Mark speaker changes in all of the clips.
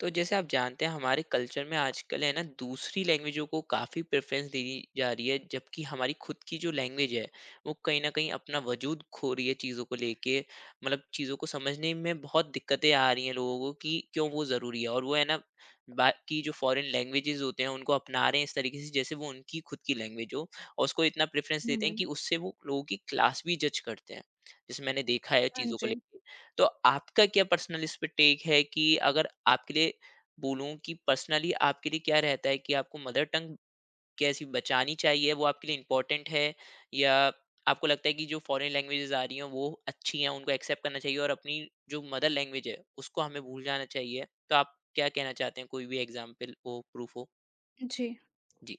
Speaker 1: तो जैसे आप जानते हैं हमारे कल्चर में आजकल है ना दूसरी लैंग्वेजों को काफ़ी प्रेफरेंस दी जा रही है जबकि हमारी खुद की जो लैंग्वेज है वो कहीं ना कहीं अपना वजूद खो रही है चीज़ों को लेके मतलब चीज़ों को समझने में बहुत दिक्कतें आ रही हैं लोगों को कि क्यों वो ज़रूरी है और वो है ना बाकी जो फॉरेन लैंग्वेजेस होते हैं उनको अपना रहे हैं इस तरीके से जैसे वो उनकी खुद की लैंग्वेज हो और उसको इतना प्रेफरेंस देते हैं
Speaker 2: हुँ,
Speaker 1: कि उससे वो लोगों की क्लास भी जज करते हैं जैसे मैंने देखा है
Speaker 2: हाँ
Speaker 1: चीज़ों को
Speaker 2: जी।
Speaker 1: लेके। तो आपका क्या पर्सनल इस पे टेक है कि अगर आपके लिए बोलूँ कि पर्सनली आपके लिए क्या रहता है कि आपको मदर टंग कैसी बचानी चाहिए, वो आपके लिए इम्पोर्टेंट है या आपको लगता है कि जो फॉरेन लैंग्वेजेज़ आ रही हैं, वो अच्छी हैं, उनको एक्सेप्ट करना चाहिए और अपनी जो मदर लैंग्वेज है, उसको हमें भूल जाना चाहिए? तो आप क्या कहना चाहते हैं? कोई भी एग्ज़ाम्पल हो, प्रूफ़ हो?
Speaker 2: जी।
Speaker 1: जी,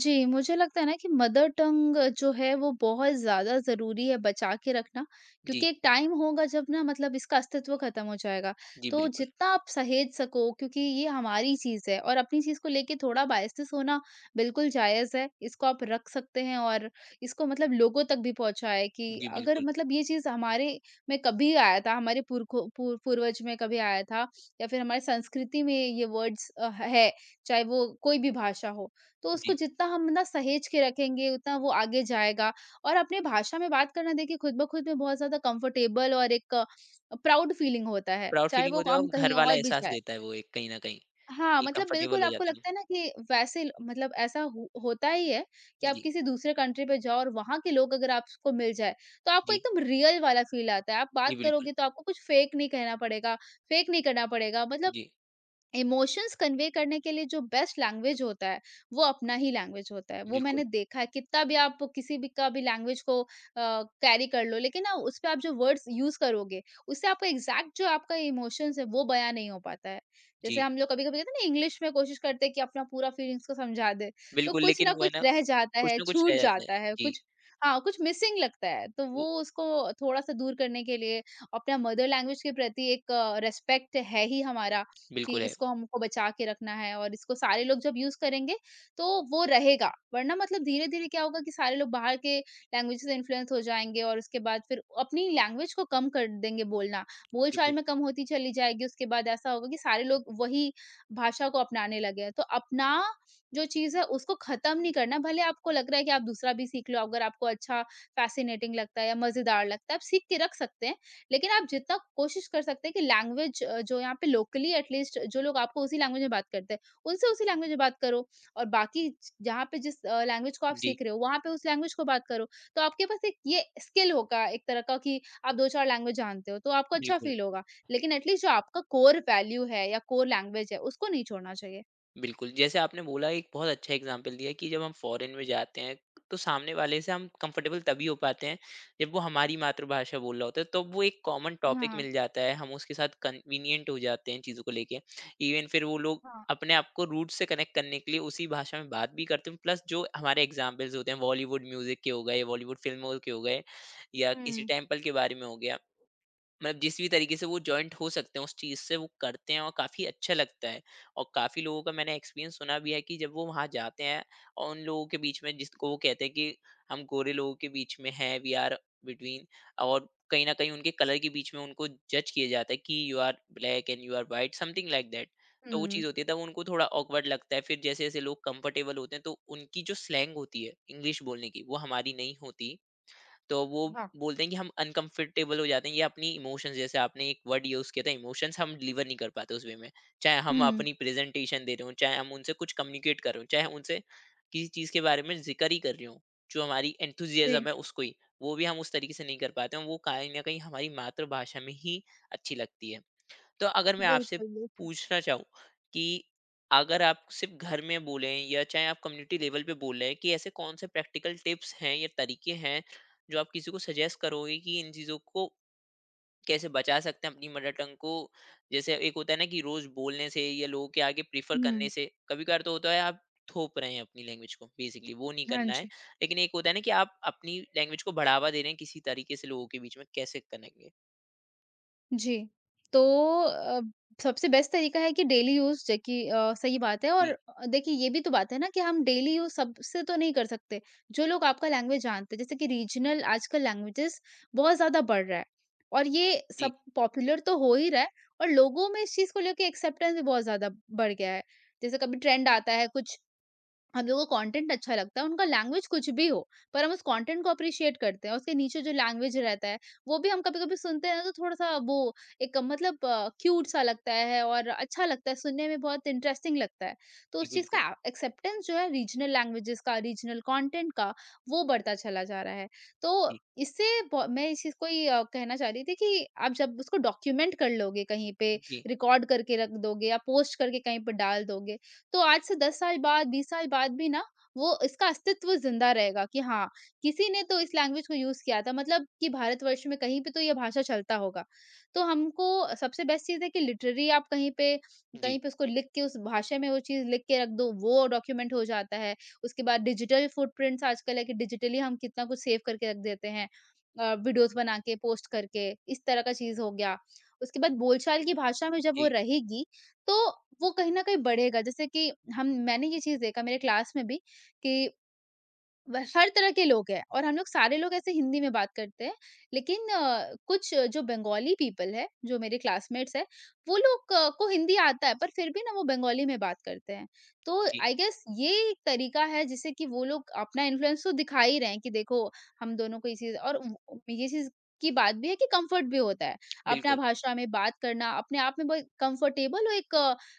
Speaker 2: जी, मुझे लगता है ना कि मदर टंग जो है वो बहुत ज़्यादा ज़रूरी है बचा के रखना,
Speaker 1: जी,
Speaker 2: क्योंकि एक टाइम होगा जब ना मतलब इसका अस्तित्व ख़त्म हो जाएगा।
Speaker 1: जी,
Speaker 2: तो
Speaker 1: बिल्कुल।
Speaker 2: जितना आप सहेज सको क्योंकि ये हमारी चीज़ है और अपनी चीज़ को लेके थोड़ा बायसेस होना बिल्कुल जायज़ है। इसको आप रख सकते हैं और इसको मतलब लोगों तक भी पहुँचाएँ कि
Speaker 1: जी,
Speaker 2: अगर
Speaker 1: बिल्कुल।
Speaker 2: मतलब ये चीज़ हमारे में कभी आया था, हमारे पुरखों पूर्वज में कभी आया था या फिर हमारी संस्कृति में ये वर्ड्स है, चाहे वो कोई भी भाषा हो। तो उसको
Speaker 1: जी,
Speaker 2: जितना हम ना सहेज के रखेंगे, उतना वो आगे जाएगा और अपने भाषा में बात करना देखिए खुद ब खुद में बहुत ज़्यादा कंफर्टेबल और एक प्राउड फीलिंग होता है,
Speaker 1: प्राउड
Speaker 2: चाहे
Speaker 1: फीलिंग
Speaker 2: वो
Speaker 1: होता है और
Speaker 2: काम
Speaker 1: घर
Speaker 2: कहीं
Speaker 1: वाला
Speaker 2: और भी
Speaker 1: एहसास
Speaker 2: जाए।
Speaker 1: देता है वो एक कहीं न कहीं, कि
Speaker 2: हाँ, मतलब
Speaker 1: कम्फ़र्टेबल
Speaker 2: बिल्कुल
Speaker 1: हो
Speaker 2: आपको
Speaker 1: जाते हैं।
Speaker 2: लगता है ना कि वैसे मतलब ऐसा हो होता ही है कि
Speaker 1: हम।
Speaker 2: आप
Speaker 1: जी,
Speaker 2: किसी दूसरे कंट्री पे जाओ और वहाँ के लोग अगर आपको मिल जाए, तो आपको
Speaker 1: जी,
Speaker 2: एकदम रियल वाला फील आता है। आप
Speaker 1: जी,
Speaker 2: बात
Speaker 1: बिल्कुल।
Speaker 2: करोगे तो आपको कुछ फ़ेक नहीं कहना पड़ेगा, फ़ेक नहीं करना पड़ेगा, मतलब
Speaker 1: जी,
Speaker 2: इमोशंस कन्वे करने के लिए जो बेस्ट लैंग्वेज होता है, वो अपना ही लैंग्वेज होता है। वो
Speaker 1: बिल्कुल।
Speaker 2: मैंने देखा है कितना भी आप किसी भी का भी लैंग्वेज को कैरी कर लो, लेकिन ना उसपे आप जो वर्ड्स यूज़ करोगे, उससे आपका एग्ज़ैक्ट जो आपका इमोशंस है, वो बयाँ नहीं हो पाता है। जैसे
Speaker 1: जी,
Speaker 2: हम लोग कभी-कभी कहते हैं ना इंग्लिश में कोशिश करते हैं कि अपना पूरा फीलिंग्स को समझा दें, तो
Speaker 1: बिल्कुल,
Speaker 2: कुछ
Speaker 1: लेकिन
Speaker 2: ना
Speaker 1: वो है
Speaker 2: कुछ रह जाता है,
Speaker 1: ना कुछ
Speaker 2: छूट
Speaker 1: रह जाता है।
Speaker 2: जाता है,
Speaker 1: जी,
Speaker 2: कुछ हाँ, कुछ मिसिंग लगता है। तो वो
Speaker 1: वो
Speaker 2: उसको थोड़ा-सा दूर करने के लिए अपना मदर लैंग्वेज के प्रति एक रिस्पेक्ट है ही हमारा कि
Speaker 1: बिल्कुल है।
Speaker 2: इसको हमको बचा के रखना है और इसको सारे लोग जब यूज़ करेंगे, तो वो रहेगा। वरना मतलब धीरे-धीरे क्या होगा कि सारे लोग बाहर के लैंग्वेज से इन्फ्लुएंस हो जाएँगे और उसके बाद फिर अपनी लैंग्वेज को कम कर देंगे बोलना। बोलचाल
Speaker 1: बिल्कुल,
Speaker 2: में कम होती चली जाएगी, उसके बाद ऐसा होगा कि सारे लोग वही भाषा को अपनाने लगे हैं। तो अपना जो चीज़ है उसको ख़त्म नहीं करना, भले आपको लग रहा है कि आप दूसरा भी सीख लो, अगर आपको अच्छा फ़ैसिनेटिंग लगता है या मज़ेदार लगता है, आप सीख के रख सकते हैं। लेकिन आप जितना कोशिश कर सकते हैं कि लैंग्वेज जो यहाँ पे लोकली एटलीस्ट जो लोग आपको उसी लैंग्वेज में बात करते हैं, उनसे उसी लैंग्वेज में बात करो और बाकी ज जहाँ पे जिस लैंग्वेज को आप
Speaker 1: जी,
Speaker 2: सीख रहे हो, वहाँ पे उस लैंग्वेज को बात करो। तो आपके पास एक ये स्किल होगा एक तरह का कि आप 2-4 लैंग्वेज जानते हो, तो आपको अच्छा
Speaker 1: बिल्कुल।
Speaker 2: फ़ील होगा। लेकिन एटलीस्ट जो आपका कोर वैल्यू है या कोर लैंग्वेज है, उसको नहीं छोड़ना चाहिए।
Speaker 1: बिल्कुल, जैसे आपने बोला एक बहुत अच्छा एग्ज़ाम्पल दिया कि जब हम फॉरेन में जाते हैं, तो सामने वाले से हम कंफ़र्टेबल तभी हो पाते हैं, जब वो हमारी मातृभाषा बोल रहा होता है, तो वो एक कॉमन टॉपिक
Speaker 2: हाँ।
Speaker 1: मिल जाता है, हम उसके साथ कन्वीनिएंट हो जाते हैं चीज़ों को लेके। इवन फिर वो लोग
Speaker 2: हाँ।
Speaker 1: अपने आप को रूट्स से कनेक्ट करने के लिए उसी भाषा में बात भी करते हैं, प्लस जो हमारे एग्ज़ाम्पल्स होते हैं, बॉलीवुड म्यूज़िक के हो गए, बॉलीवुड फ़िल्मों के हो गए या किसी
Speaker 2: हुँ।
Speaker 1: टेम्पल के बारे में हो गया। मतलब जिस भी तरीके से वो जॉइंट हो सकते हैं उस चीज़ से वो करते हैं और काफ़ी अच्छा लगता है। और काफ़ी लोगों का मैंने एक्सपीरियंस सुना भी है कि जब वो वहाँ जाते हैं और उन लोगों के बीच में जिसको वो कहते हैं कि हम गोरे लोगों के बीच में हैं, वी आर बिटवीन और कहीं न कहीं उनके कलर के बीच में उनको जज किया जाता है कि you are black and you are white something like that. तो वो
Speaker 2: हुँ।
Speaker 1: चीज़ होती है तब उनको थोड़ा ऑकवर्ड लगता है। फिर जैसे-जैसे लोग कंफर्टेबल होते हैं तो उनकी जो स्लैंग होती है इंग्लिश बोलने की वो हमारी नहीं होती। तो वो
Speaker 2: हाँ।
Speaker 1: बोलते हैं कि हम अनकंफर्टेबल हो जाते हैं या अपनी इमोशंस जैसे आपने एक वर्ड यूज किया था इमोशंस हम डिलीवर नहीं कर पाते उस वे में चाहे हम
Speaker 2: हुँ।
Speaker 1: अपनी प्रेजेंटेशन दे रहे हो चाहे हम उनसे कुछ कम्युनिकेट कर रहे हो चाहे उनसे किसी चीज के बारे में जिक्र ही कर रहे हो जो हमारी एंथुजियाज्म
Speaker 2: जी।
Speaker 1: है उसको ही वो भी हम उस तरीके से नहीं कर पाते हैं वो कहीं ना कहीं हमारी मातृभाषा में ही अच्छी लगती है। तो अगर मैं आपसे
Speaker 2: बिल्कुल, बिल्कुल।
Speaker 1: पूछना चाहूँ कि अगर आप सिर्फ घर में बोलें या चाहे आप कम्युनिटी लेवल पे बोल रहे हैं कि ऐसे कौन से प्रैक्टिकल टिप्स हैं या तरीके हैं जो आप किसी को सजेस्ट करोगे कि इन चीज़ों को कैसे बचा सकते हैं अपनी मदर टंग को। जैसे एक होता है ना कि रोज बोलने से या लोगों के आगे प्रीफर करने
Speaker 2: हुँ।
Speaker 1: से कभी कभार तो होता है आप थोप रहे हैं अपनी लैंग्वेज को बेसिकली वो नहीं
Speaker 2: हाँ
Speaker 1: करना है,
Speaker 2: जी।
Speaker 1: लेकिन एक होता है ना कि आप अपनी लैंग्वेज को बढ़ावा दे रहे हैं किसी तरीके से लोगों के बीच में कैसे करेंगे?
Speaker 2: जी। तो अ, सबसे बेस्ट तरीका है कि डेली यूज़ जो कि सही बात है और
Speaker 1: जी,
Speaker 2: देखिए ये भी तो बात है ना कि हम डेली यूज़ सबसे तो नहीं कर सकते। जो लोग आपका लैंग्वेज जानते हैं, जैसे कि रीजनल आजकल लैंग्वेजेस बहुत ज़्यादा बढ़ रहा है और ये
Speaker 1: जी,
Speaker 2: सब पॉपुलर तो हो ही रहा है और लोगों में इस चीज़ को लेके एक्सेप्टेंस भी बहुत ज़्यादा बढ़ गया है। जैसे कभी ट्रेंड आता है कुछ हम लोगों को कंटेंट अच्छा लगता है, उनका लैंग्वेज कुछ भी हो, पर हम उस कंटेंट को अप्रिशिएट करते हैं। उसके नीचे जो लैंग्वेज रहता है, वो भी हम कभी-कभी सुनते हैं ना तो थोड़ा-सा वो एक मतलब क्यूट सा लगता है और अच्छा लगता है, सुनने में बहुत इंटरेस्टिंग लगता है। तो
Speaker 1: जी,
Speaker 2: उस चीज़
Speaker 1: बिल्कुल।
Speaker 2: का एक्सेप्टेंस जो है रीजनल लैंग्वेजेस का, रीजनल कंटेंट का, वो बढ़ता चला जा रहा है। तो
Speaker 1: जी,
Speaker 2: इससे ब मैं इस चीज़ को ये कहना चाह रही थी कि आप जब उसको डॉक्यूमेंट कर लोगे कहीं पे,
Speaker 1: जी,
Speaker 2: रिकॉर्ड करके रख दोगे या पोस्ट करके कहीं पे डाल दोगे, तो आज से 10 साल बाद, 20 साल बाद भी ना वो इसका अस्तित्व ज़िंदा रहेगा कि हाँ, किसी ने तो इस लैंग्वेज को यूज़ किया था मतलब कि भारतवर्ष में कहीं पे तो ये भाषा चलता होगा। तो हमको सबसे बेस्ट चीज़ है कि लिटरेरी आप कहीं पे कहीं
Speaker 1: जी,
Speaker 2: पे उसको लिख के उस भाषा में वो चीज़ लिख के रख दो, वो डॉक्यूमेंट हो जाता है। उसके बाद डिजिटल फुटप्रिंट्स आजकल है कि डिजिटली हम कितना कुछ सेव करके रख देते हैं वीडियोज़ बना के, पोस्ट करके, इस तरह का चीज़ हो गया। उसके बाद बोलचाल की भाषा में जब वो
Speaker 1: जी,
Speaker 2: रहेगी तो वो कहीं न कहीं बढ़ेगा। जैसे कि हम मैंने ये चीज़ देखा मेरे क्लास में भी कि व हर तरह के लोग हैं और हम लोग सारे लोग ऐसे हिंदी में बात करते हैं। लेकिन कुछ जो बंगाली पीपल है, जो मेरे क्लासमेट्स हैं, वो लोग को हिंदी आता है, पर फिर भी ना वो बंगाली में बात करते हैं। तो
Speaker 1: जी।
Speaker 2: आई गेस ये एक तरीका है जिससे कि वो लोग अपना इन्फ्लुएंस तो दिखा ही रहे हैं कि देखो हम दोनों को ये चीज़ और व ये चीज़ की बात भी है कि कम्फर्ट भी होता है। अपना
Speaker 1: बिल्कुल,
Speaker 2: भाषा में बात करना, अपने आप में बहुत कम्फर्टेबल और एक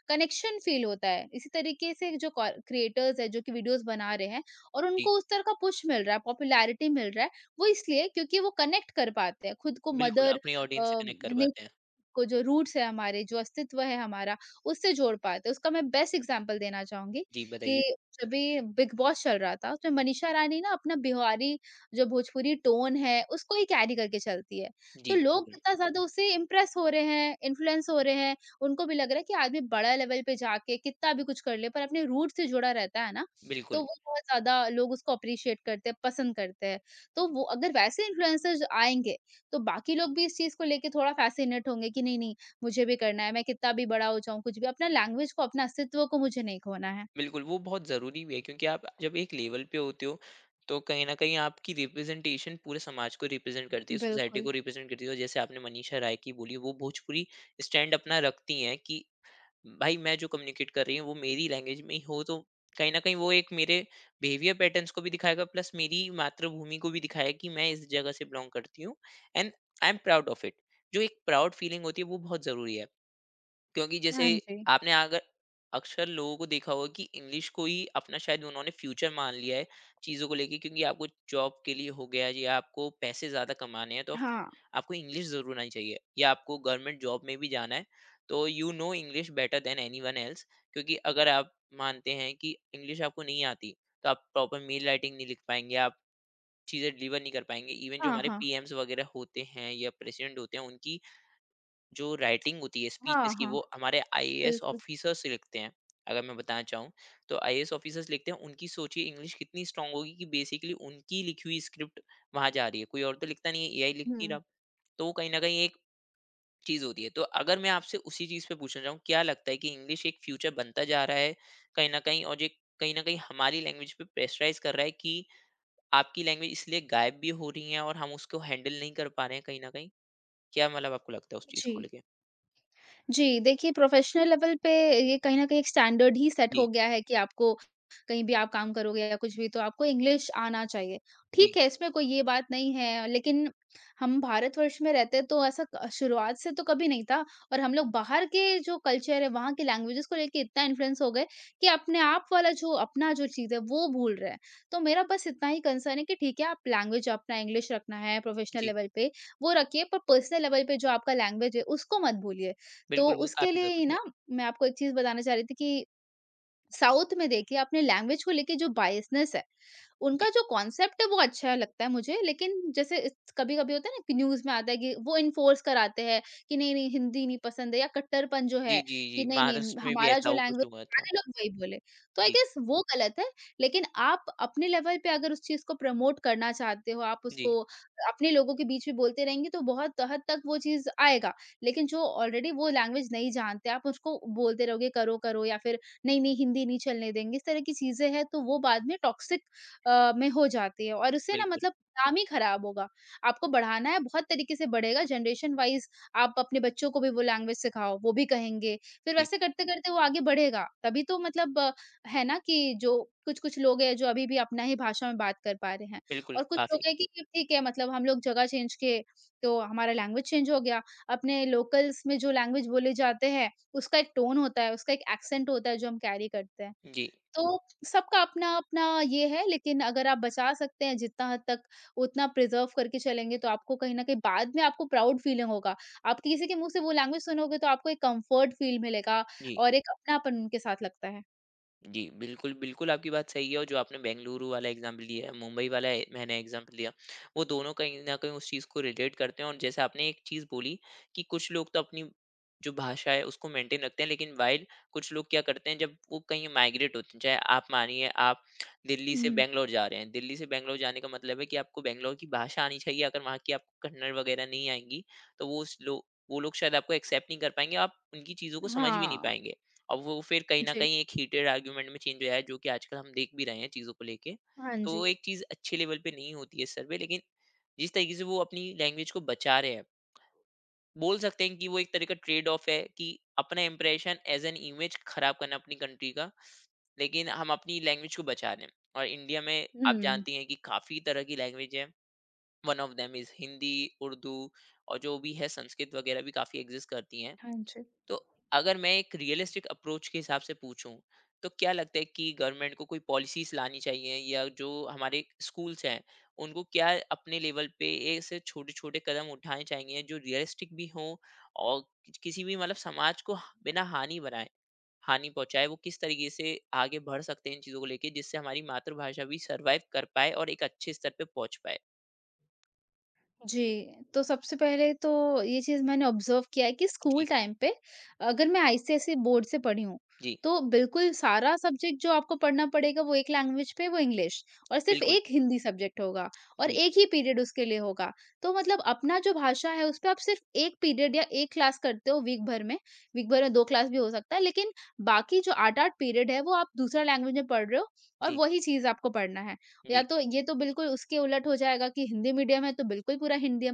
Speaker 2: कनेक्शन फील होता है। इसी तरीके से जो कॉ क्रिएटर्स हैं, जो कि वीडियोज़ बना रहे हैं, और
Speaker 1: जी।
Speaker 2: उनको उस तरह का पुश मिल रहा है, पॉपुलैरिटी मिल रहा है, वो इसलिए क्योंकि वो कनेक्ट कर पाते हैं खुद को
Speaker 1: बिल्कुल,
Speaker 2: मदर अ,
Speaker 1: अपनी ऑडियंस से कनेक्ट कर
Speaker 2: ने
Speaker 1: पाते हैं।
Speaker 2: को जो रूट्स है हमारे, जो अस्तित्व है हमारा, उससे जोड़ पाते हैं। उसका मैं बेस्ट एग्ज़ाम्पल देना चाहूँगी
Speaker 1: जी,
Speaker 2: कि
Speaker 1: बताइए?
Speaker 2: जब भी बिग बॉस चल रहा था, उसमें मनीषा रानी ना अपना बिहारी जो भोजपुरी टोन है, उसको ही कैरी करके चलती है।
Speaker 1: जी,
Speaker 2: तो लोग
Speaker 1: बिल्कुल।
Speaker 2: कितना ज़्यादा उससे इम्प्रेस हो रहे हैं, इन्फ्लुएंस हो रहे हैं, उनको भी लग रहा है कि आदमी बड़ा लेवल पे जाके कितना भी कुछ कर ले, पर अपने रूट से जुड़ा रहता है ना, तो
Speaker 1: बिल्कुल,
Speaker 2: वो बहुत ज़्यादा लोग उसको एप्रिशिएट करते हैं, पसंद करते हैं। तो वो अगर वैसे इन्फ्लुएंसर्स आएँगे तो बाकी लोग भी इस चीज़ को लेके थोड़ा फ़ैसिनेट होंगे कि नहीं, नहीं मुझे भी करना है, मैं कितना भी बड़ा हो जाऊँ, कुछ भी अपना लैंग्वेज को, अपना अस्तित्व को मुझे नहीं खोना है।
Speaker 1: बिल्कुल, वो बहुत ज़रूरी भी है क्योंकि आप जब एक लेवल पे होते हो, तो कहीं न कहीं आपकी रिप्रेज़ेंटेशन पूरे समाज को रिप्रेज़ेंट करती है, सोसाइटी
Speaker 2: बिल्कुल।
Speaker 1: को रिप्रेज़ेंट करती है और जैसे आपने मनीषा राय की बोली, वो भोजपुरी स्टैंड अपना रखती हैं कि भाई मैं जो कम्युनिकेट कर रही हूँ वो मेरी लैंग्वेज में ही हो तो कहीं ना कहीं वो एक मेरे बिहेवियर पैटर्न्स को भी दिखाएगा प्लस मेरी मातृभूमि को भी दिखाएगा कि मैं इस जगह से बिलोंग करती हूँ and I am proud of it. जो एक प्राउड फीलिंग होती है वो बहुत जरूरी है क्योंकि जैसे
Speaker 2: हाँ जी।
Speaker 1: आपने अगर अक्सर लोगों को देखा होगा कि इंग्लिश को ही अपना शायद उन्होंने फ्यूचर मान लिया है चीज़ों को लेके क्योंकि आपको जॉब के लिए हो गया या आपको पैसे ज़्यादा कमाने हैं तो
Speaker 2: हाँ।
Speaker 1: आपको इंग्लिश ज़रूर आनी चाहिए या आपको गवर्नमेंट जॉब में भी जाना है तो you know English better than anyone else क्योंकि अगर आप मानते हैं कि इंग्लिश आपको नहीं आती तो आप प्रॉपर मेल राइटिंग नहीं लिख पाएंगे आप चीज़ें डिलीवर नहीं कर पाएंगे इवन जो
Speaker 2: हाँ,
Speaker 1: हमारे
Speaker 2: हाँ।
Speaker 1: पीएम्स वगैरह होते हैं या प्रेसिडेंट होते हैं उनकी जो राइटिंग होती है
Speaker 2: हाँ,
Speaker 1: स्पीचेस की
Speaker 2: हाँ।
Speaker 1: वो हमारे आईएएस
Speaker 2: बिल्कुल।
Speaker 1: ऑफिसर्स लिखते हैं। अगर मैं बताना चाहूँ तो आईएएस ऑफिसर्स लिखते हैं उनकी सोचिए इंग्लिश कितनी स्ट्रॉन्ग होगी कि बेसिकली उनकी लिखी हुई स्क्रिप्ट वहाँ जा रही है। कोई और तो लिखता नहीं है, एआई लिख नहीं रहा।
Speaker 2: हुँ।
Speaker 1: तो वो कहीं न कहीं एक चीज़ होती है। तो अगर मैं आपसे उसी चीज़ पे पूछना चाहूँ क्या लगता है कि इंग्लिश एक फ्यूचर बनता जा रहा है कहीं न कहीं और ये कहीं न कहीं हमारी लैंग्वेज पे प्रेशराइज़ कर रहा है कि आपकी लैंग्वेज इसलिए गायब भी हो रही है और हम उसको हैंडल नहीं कर पा रहे हैं कहीं न कहीं? क्या मतलब आपको लगता है उस चीज़
Speaker 2: जी।
Speaker 1: को लेके?
Speaker 2: जी, देखिए प्रोफ़ेशनल लेवल पे ये कहीं न कहीं एक स्टैंडर्ड ही सेट
Speaker 1: जी,
Speaker 2: हो गया है कि आपको कहीं भी आप काम करोगे या कुछ भी तो आपको इंग्लिश आना चाहिए।
Speaker 1: जी,
Speaker 2: ठीक है, इसमें कोई ये बात नहीं है लेकिन हम भारतवर्ष में रहते तो ऐसा क शुरुआत से तो कभी नहीं था और हम लोग बाहर के जो कल्चर है वहाँ की लैंग्वेजेज़ को लेके इतना इन्फ्लुएंस हो गए कि अपने आप वाला जो अपना जो चीज़ है वो भूल रहे हैं। तो मेरा बस इतना ही कंसर्न है कि ठीक है आप लैंग्वेज अपना इंग्लिश रखना है प्रोफ़ेशनल
Speaker 1: जी।
Speaker 2: लेवल पे, वो रखिए पर पर्सनल लेवल पे जो आपका लैंग्वेज है उसको मत भूलिए। तो
Speaker 1: बिल्कुल, वो
Speaker 2: उसके
Speaker 1: काफ़ी
Speaker 2: लिए ही
Speaker 1: ज़रूरी
Speaker 2: ना
Speaker 1: है।
Speaker 2: मैं आपको एक चीज़ बताना चाह रही थी कि साउथ में देखिए अपने लैंग्वेज को लेके जो बायसनेस है
Speaker 1: जी,
Speaker 2: उनका जो कॉन्सेप्ट है वो अच्छा लगता है मुझे, लेकिन जैसे इस कभी-कभी होता है ना कि न्यूज़ में आता है कि वो एनफोर्स कराते हैं कि नहीं-नहीं हिंदी नहीं पसंद है या कट्टरपन जो
Speaker 1: जी,
Speaker 2: है
Speaker 1: जी,
Speaker 2: कि
Speaker 1: जी,
Speaker 2: नहीं-नहीं
Speaker 1: महाराष्ट्र में भी
Speaker 2: हमारा
Speaker 1: ऐसा
Speaker 2: जो
Speaker 1: हो कुछ
Speaker 2: लैंग्वेज
Speaker 1: हुआ था।
Speaker 2: सारे लोग वही बोले। तो आई
Speaker 1: जी,
Speaker 2: गेस वो गलत है, लेकिन आप अपने लेवल पे अगर उस चीज़ को प्रमोट करना चाहते हो, आप
Speaker 1: जी,
Speaker 2: उसको अपने लोगों के बीच में बोलते रहेंगे तो बहुत हद तक वो चीज़ आएगा। लेकिन जो ऑलरेडी वो लैंग्वेज नहीं जानते, आप उसको बोलते रहोगे करो-करो या फिर नहीं-नहीं हिंदी नहीं चलने देंगे, इस तरह की चीज़ें हैं तो वो बाद में टॉक्सिक में हो जाती है और उससे ना
Speaker 1: बिल्कुल,
Speaker 2: मतलब नाम ही खराब होगा। आपको बढ़ाना है, बहुत तरीके से बढ़ेगा जनरेशन वाइज़ आप अपने बच्चों को भी वो लैंग्वेज सिखाओ, वो भी कहेंगे। फिर
Speaker 1: जी,
Speaker 2: वैसे करते-करते वो आगे बढ़ेगा। तभी तो मतलब है ना कि जो कुछ-कुछ लोग हैं जो अभी भी अपना ही भाषा में बात कर पा रहे हैं
Speaker 1: बिल्कुल
Speaker 2: और कुछ लोग
Speaker 1: काफ़ी।
Speaker 2: हैं कि ठीक है मतलब हम लोग जगह चेंज किए, तो हमारा लैंग्वेज चेंज हो गया। अपने लोकल्स में जो लैंग्वेज बोले जाते हैं, उसका एक टोन होता है, उसका एक एक्सेंट होता है जो हम कैरी करते हैं।
Speaker 1: जी,
Speaker 2: तो सबका अपना-अपना ये है लेकिन अगर आप बचा सकते हैं जितना हद तक, उतना प्रिज़र्व करके चलेंगे तो आपको कहीं न कहीं बाद में आपको प्राउड फ़ीलिंग होगा। आप किसी के मुँह से वो लैंग्वेज सुनोगे तो आपको एक कम्फ़र्ट फ़ील मिलेगा
Speaker 1: जी।
Speaker 2: और एक अपनापन उनके साथ लगता है।
Speaker 1: जी, बिल्कुल, बिल्कुल आपकी बात सही है और जो आपने बेंगलुरु वाला एग्ज़ाम्पल दिया है, मुंबई वाला ए मैंने एग्ज़ाम्पल दिया, वो दोनों कहीं न कहीं उस चीज़ को रिलेट करते हैं और जैसे आपने एक चीज़ बोली कि कुछ लोग तो अपनी जो भाषा है उसको मेंटेन रखते हैं, लेकिन व्हाइल कुछ लोग क्या करते हैं जब वो कहीं माइग्रेट होते हैं, चाहे आप मानिए आप दिल्ली से
Speaker 2: हुँ।
Speaker 1: बैंगलोर जा रहे हैं, दिल्ली से बैंगलोर जाने का मतलब है कि आपको बैंगलोर की भाषा आनी चाहिए, अगर वहाँ की आपको कन्नड़ वगैरह नहीं आएँगी, तो वो उस लो वो लोग शायद आपको एक्सेप्ट नहीं कर पाएँगे, आप उनकी चीज़ों को समझ भी नहीं
Speaker 2: हाँ।
Speaker 1: पाएँगे। और वो फिर कहीं न
Speaker 2: जी।
Speaker 1: कहीं एक हीटेड आर्ग्यूमेंट में चेंज हो जाए, जो कि आजकल हम देख भी रहे हैं चीज़ों को लेके।
Speaker 2: हाँ
Speaker 1: तो
Speaker 2: जी।
Speaker 1: वो एक चीज़ अच्छे लेवल पे नहीं होती है सर्वे, लेकिन जिस तरीके से वो अपनी लैंग्वेज को बचा रहे हैं, बोल सकते हैं कि वो एक तरह का ट्रेड ऑफ है कि अपना इंप्रेशन एज़ एन इमेज खराब करना अपनी कंट्री का, लेकिन हम अपनी लैंग्वेज को बचा रहे हैं। और इंडिया में आप
Speaker 2: हुँ।
Speaker 1: जानती हैं कि काफ़ी तरह की लैंग्वेज है, one of them is Hindi, Urdu और जो भी है संस्कृत वगैरह भी काफ़ी एक्सिस्ट करती हैं।
Speaker 2: हाँ जी।
Speaker 1: तो अगर मैं एक रियलिस्टिक अप्रोच के हिसाब से पूछूं तो क्या लगता है कि गवर्नमेंट को कोई पॉलिसीज लानी चाहिए या जो हमारे स्कूल्स हैं उनको क्या अपने लेवल पे ऐसे छोटे छोटे कदम उठाने चाहिए जो रियलिस्टिक भी हों और किसी भी मतलब समाज को बिना हानि बनाए हानि पहुंचाए वो किस तरीके से आगे बढ़ सकते हैं इन चीज़ों को लेके जिससे हमारी मातृभाषा भी सरवाइव कर पाए और एक अच्छे स्तर पे पहुंच पाए?
Speaker 2: जी, तो सबसे पहले तो ये चीज़ मैंने ऑब्ज़र्व किया है कि
Speaker 1: जी,
Speaker 2: स्कूल टाइम पे अगर मैं आईसीएसई बोर्ड से पढ़ी हूँ,
Speaker 1: जी,
Speaker 2: तो बिल्कुल सारा सब्जेक्ट जो आपको पढ़ना पड़ेगा वो एक लैंग्वेज पे वो इंग्लिश और सिर्फ़
Speaker 1: बिल्कुल।
Speaker 2: एक हिंदी सब्जेक्ट होगा और
Speaker 1: जी,
Speaker 2: एक ही पीरियड उसके लिए होगा। तो मतलब अपना जो भाषा है, उस पे आप सिर्फ़ 1 पीरियड या 1 क्लास करते हो वीक भर में 2 क्लास भी हो सकता है, लेकिन बाकी जो 8-8 पीरियड है, वो आप दूसरा लैंग्वेज में पढ़ रहे हो और
Speaker 1: जी,
Speaker 2: वही चीज़ आपको पढ़ना है। या
Speaker 1: जी,
Speaker 2: तो ये तो बिल्कुल उसके उलट हो जाएगा कि हिंदी मीडियम है तो बिल्कुल पूरा हिंदी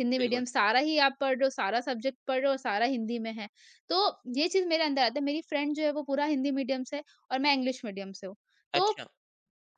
Speaker 2: हिंदी
Speaker 1: बिल्कुल।
Speaker 2: मीडियम सारा ही आप पढ़ रहे हो सारा सब्जेक्ट पढ़ रहे हो और सारा हिंदी में है। तो ये चीज़ मेरे अंदर आता है, मेरी फ्रेंड जो है वो पूरा हिंदी मीडियम से है और मैं इंग्लिश मीडियम से हूँ। तो
Speaker 1: अच्छा,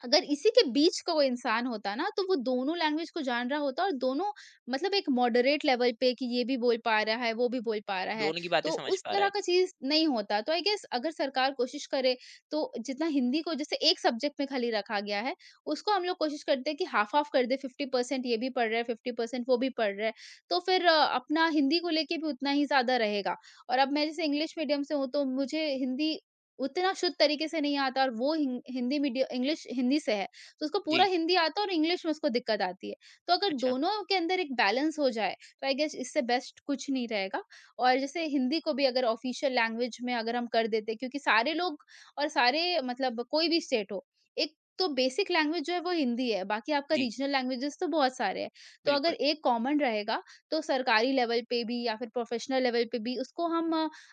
Speaker 2: अगर इसी के बीच का कोई इंसान होता ना, तो वो दोनों लैंग्वेज को जान रहा होता और दोनों मतलब एक मॉडरेट लेवल पे कि ये भी बोल पा रहा है, वो भी बोल पा रहा है।
Speaker 1: दोनों की बातें
Speaker 2: तो
Speaker 1: समझ
Speaker 2: उस
Speaker 1: पा रहा
Speaker 2: तरह
Speaker 1: है।
Speaker 2: का चीज़ नहीं होता। तो आई गेस अगर सरकार कोशिश करे तो जितना हिंदी को जैसे एक सब्जेक्ट में खाली रखा गया है, उसको हम लोग कोशिश करते हैं कि हाफ़-हाफ़ कर दें। 50% ये भी पढ़ रहा है, 50% वो भी पढ़ रहा है। तो फिर अपना हिंदी को लेके भी उतना ही ज़्यादा रहेगा। और अब मैं जैसे इंग्लिश मीडियम से हूँ, तो मुझे हिंदी उतना शुद्ध तरीके से नहीं आता और वो हिं हिंदी मीडिय इंग्लिश हिंदी से है, तो उसको पूरा
Speaker 1: जी।
Speaker 2: हिंदी आता है और इंग्लिश में उसको दिक्कत आती है। तो अगर
Speaker 1: अच्छा।
Speaker 2: दोनों के अंदर एक बैलेंस हो जाए, तो आई गेस इससे बेस्ट कुछ नहीं रहेगा। और जैसे हिंदी को भी अगर ऑफ़िशियल लैंग्वेज में अगर हम कर देते क्योंकि सारे लोग और सारे मतलब कोई भी स्टेट हो, एक तो बेसिक लैंग्वेज जो है वो हिंदी है, बाकी आपका
Speaker 1: जी,
Speaker 2: रीजनल लैंग्वेजेज़ तो बहुत सारे हैं। तो अगर
Speaker 1: बिल्कुल।
Speaker 2: एक कॉमन रहेगा, तो सरकारी लेवल पे भी या फिर प्रोफ़ेशनल लेवल पे भी उसको हम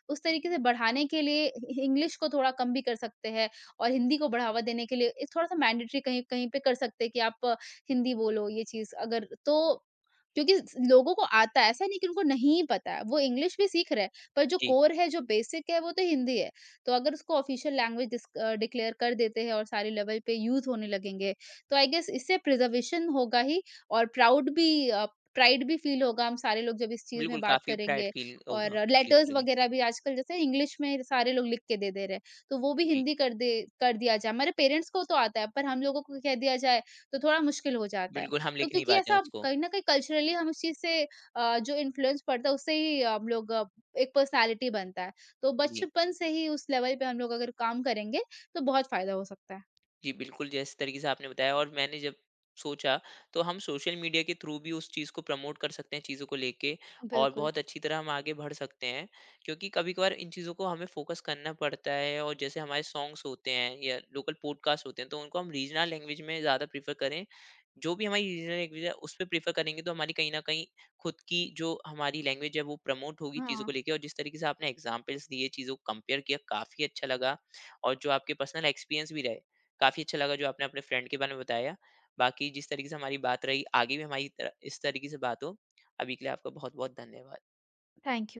Speaker 2: उस तरीके से बढ़ाने के लिए इंग्लिश को थोड़ा कम भी कर सकते हैं और हिंदी को बढ़ावा देने के लिए थोड़ा सा मैंडेटरी कहीं कहीं पे कर सकते हैं कि आप हिंदी बोलो ये चीज अगर तो क्योंकि लोगों को आता है, ऐसा नहीं कि उनको नहीं पता है, वो इंग्लिश भी सीख रहे हैं पर जो
Speaker 1: जी,
Speaker 2: कोर है जो बेसिक है वो तो हिंदी है। तो अगर उसको ऑफिशियल लैंग्वेज डिक्लेयर कर देते हैं और सारे लेवल पे यूज होने लगेंगे तो आई गेस इससे प्रिजर्वेशन होगा ही। और प्राउड भी प्राइड भी फील होगा हम सारे लोग जब इस चीज में
Speaker 1: बिल्कुल
Speaker 2: बात
Speaker 1: काफ़ी प्राइड
Speaker 2: करेंगे।
Speaker 1: फ़ील
Speaker 2: और
Speaker 1: होगा, चीज़
Speaker 2: लेटर्स
Speaker 1: को लेके।
Speaker 2: वगैरह भी आजकल जैसे इंग्लिश में सारे लोग लिख के दे दे रहे हैं, तो वो भी
Speaker 1: जी,
Speaker 2: हिंदी कर दिया जाए। हमारे पेरेंट्स को तो आता है, पर हम लोगों को कह दिया जाए तो थोड़ा मुश्किल हो जाता है।
Speaker 1: बिल्कुल हम
Speaker 2: तो
Speaker 1: लेके नहीं
Speaker 2: क्योंकि
Speaker 1: पाते हैं
Speaker 2: ऐसा
Speaker 1: उसको।
Speaker 2: कहीं न कहीं कल्चरली हम उस चीज़ से जो इन्फ्लुएंस पड़ता है उससे ही हम लोग एक पर्सनैलिटी बनता है। तो
Speaker 1: जी।
Speaker 2: बचपन से ही उस लेवल पे हम लोग अगर काम करेंगे, तो बहुत फ़ायदा हो सकता है।
Speaker 1: जी, बिल्कुल, जिस तरीके से आपने बताया और मैंने जब सोचा, तो हम सोशल मीडिया के थ्रू भी उस चीज़ को प्रमोट कर सकते हैं, चीज़ों को लेके और
Speaker 2: बिल्कुल।
Speaker 1: बहुत अच्छी तरह हम आगे बढ़ सकते हैं। क्योंकि कभी-कभार इन चीज़ों को हमें फ़ोकस करना पड़ता है और जैसे हमारे सॉन्ग्स होते हैं या लोकल पॉडकास्ट होते हैं, तो उनको हम रीजनल लैंग्वेज में ज़्यादा प्रेफ़र करें। जो भी हमारी रीजनल लैंग्वेज है, उस पे प्रेफ़र करेंगे, तो हमारी कहीं न कहीं खुद की जो हमारी लैंग्वेज है, वो प्रमोट होगी चीज़ों
Speaker 2: हाँ।
Speaker 1: को लेके और जिस तरीके से आपने एग्ज़ाम्पल्स दिए, चीज़ों को कंपेयर किया, काफ़ी अच्छा लगा और जो आपके पर्सनल एक्सपीरियंस भी रहे, काफ़ी अच्छा लगा जो आपने अपने फ्रेंड के बारे में बताया। बाकी जिस तरीके से हमारी बात रही, आगे भी हमारी तरह इस तरीके से बात हो। अभी के लिए आपका बहुत-बहुत धन्यवाद।
Speaker 2: Thank you.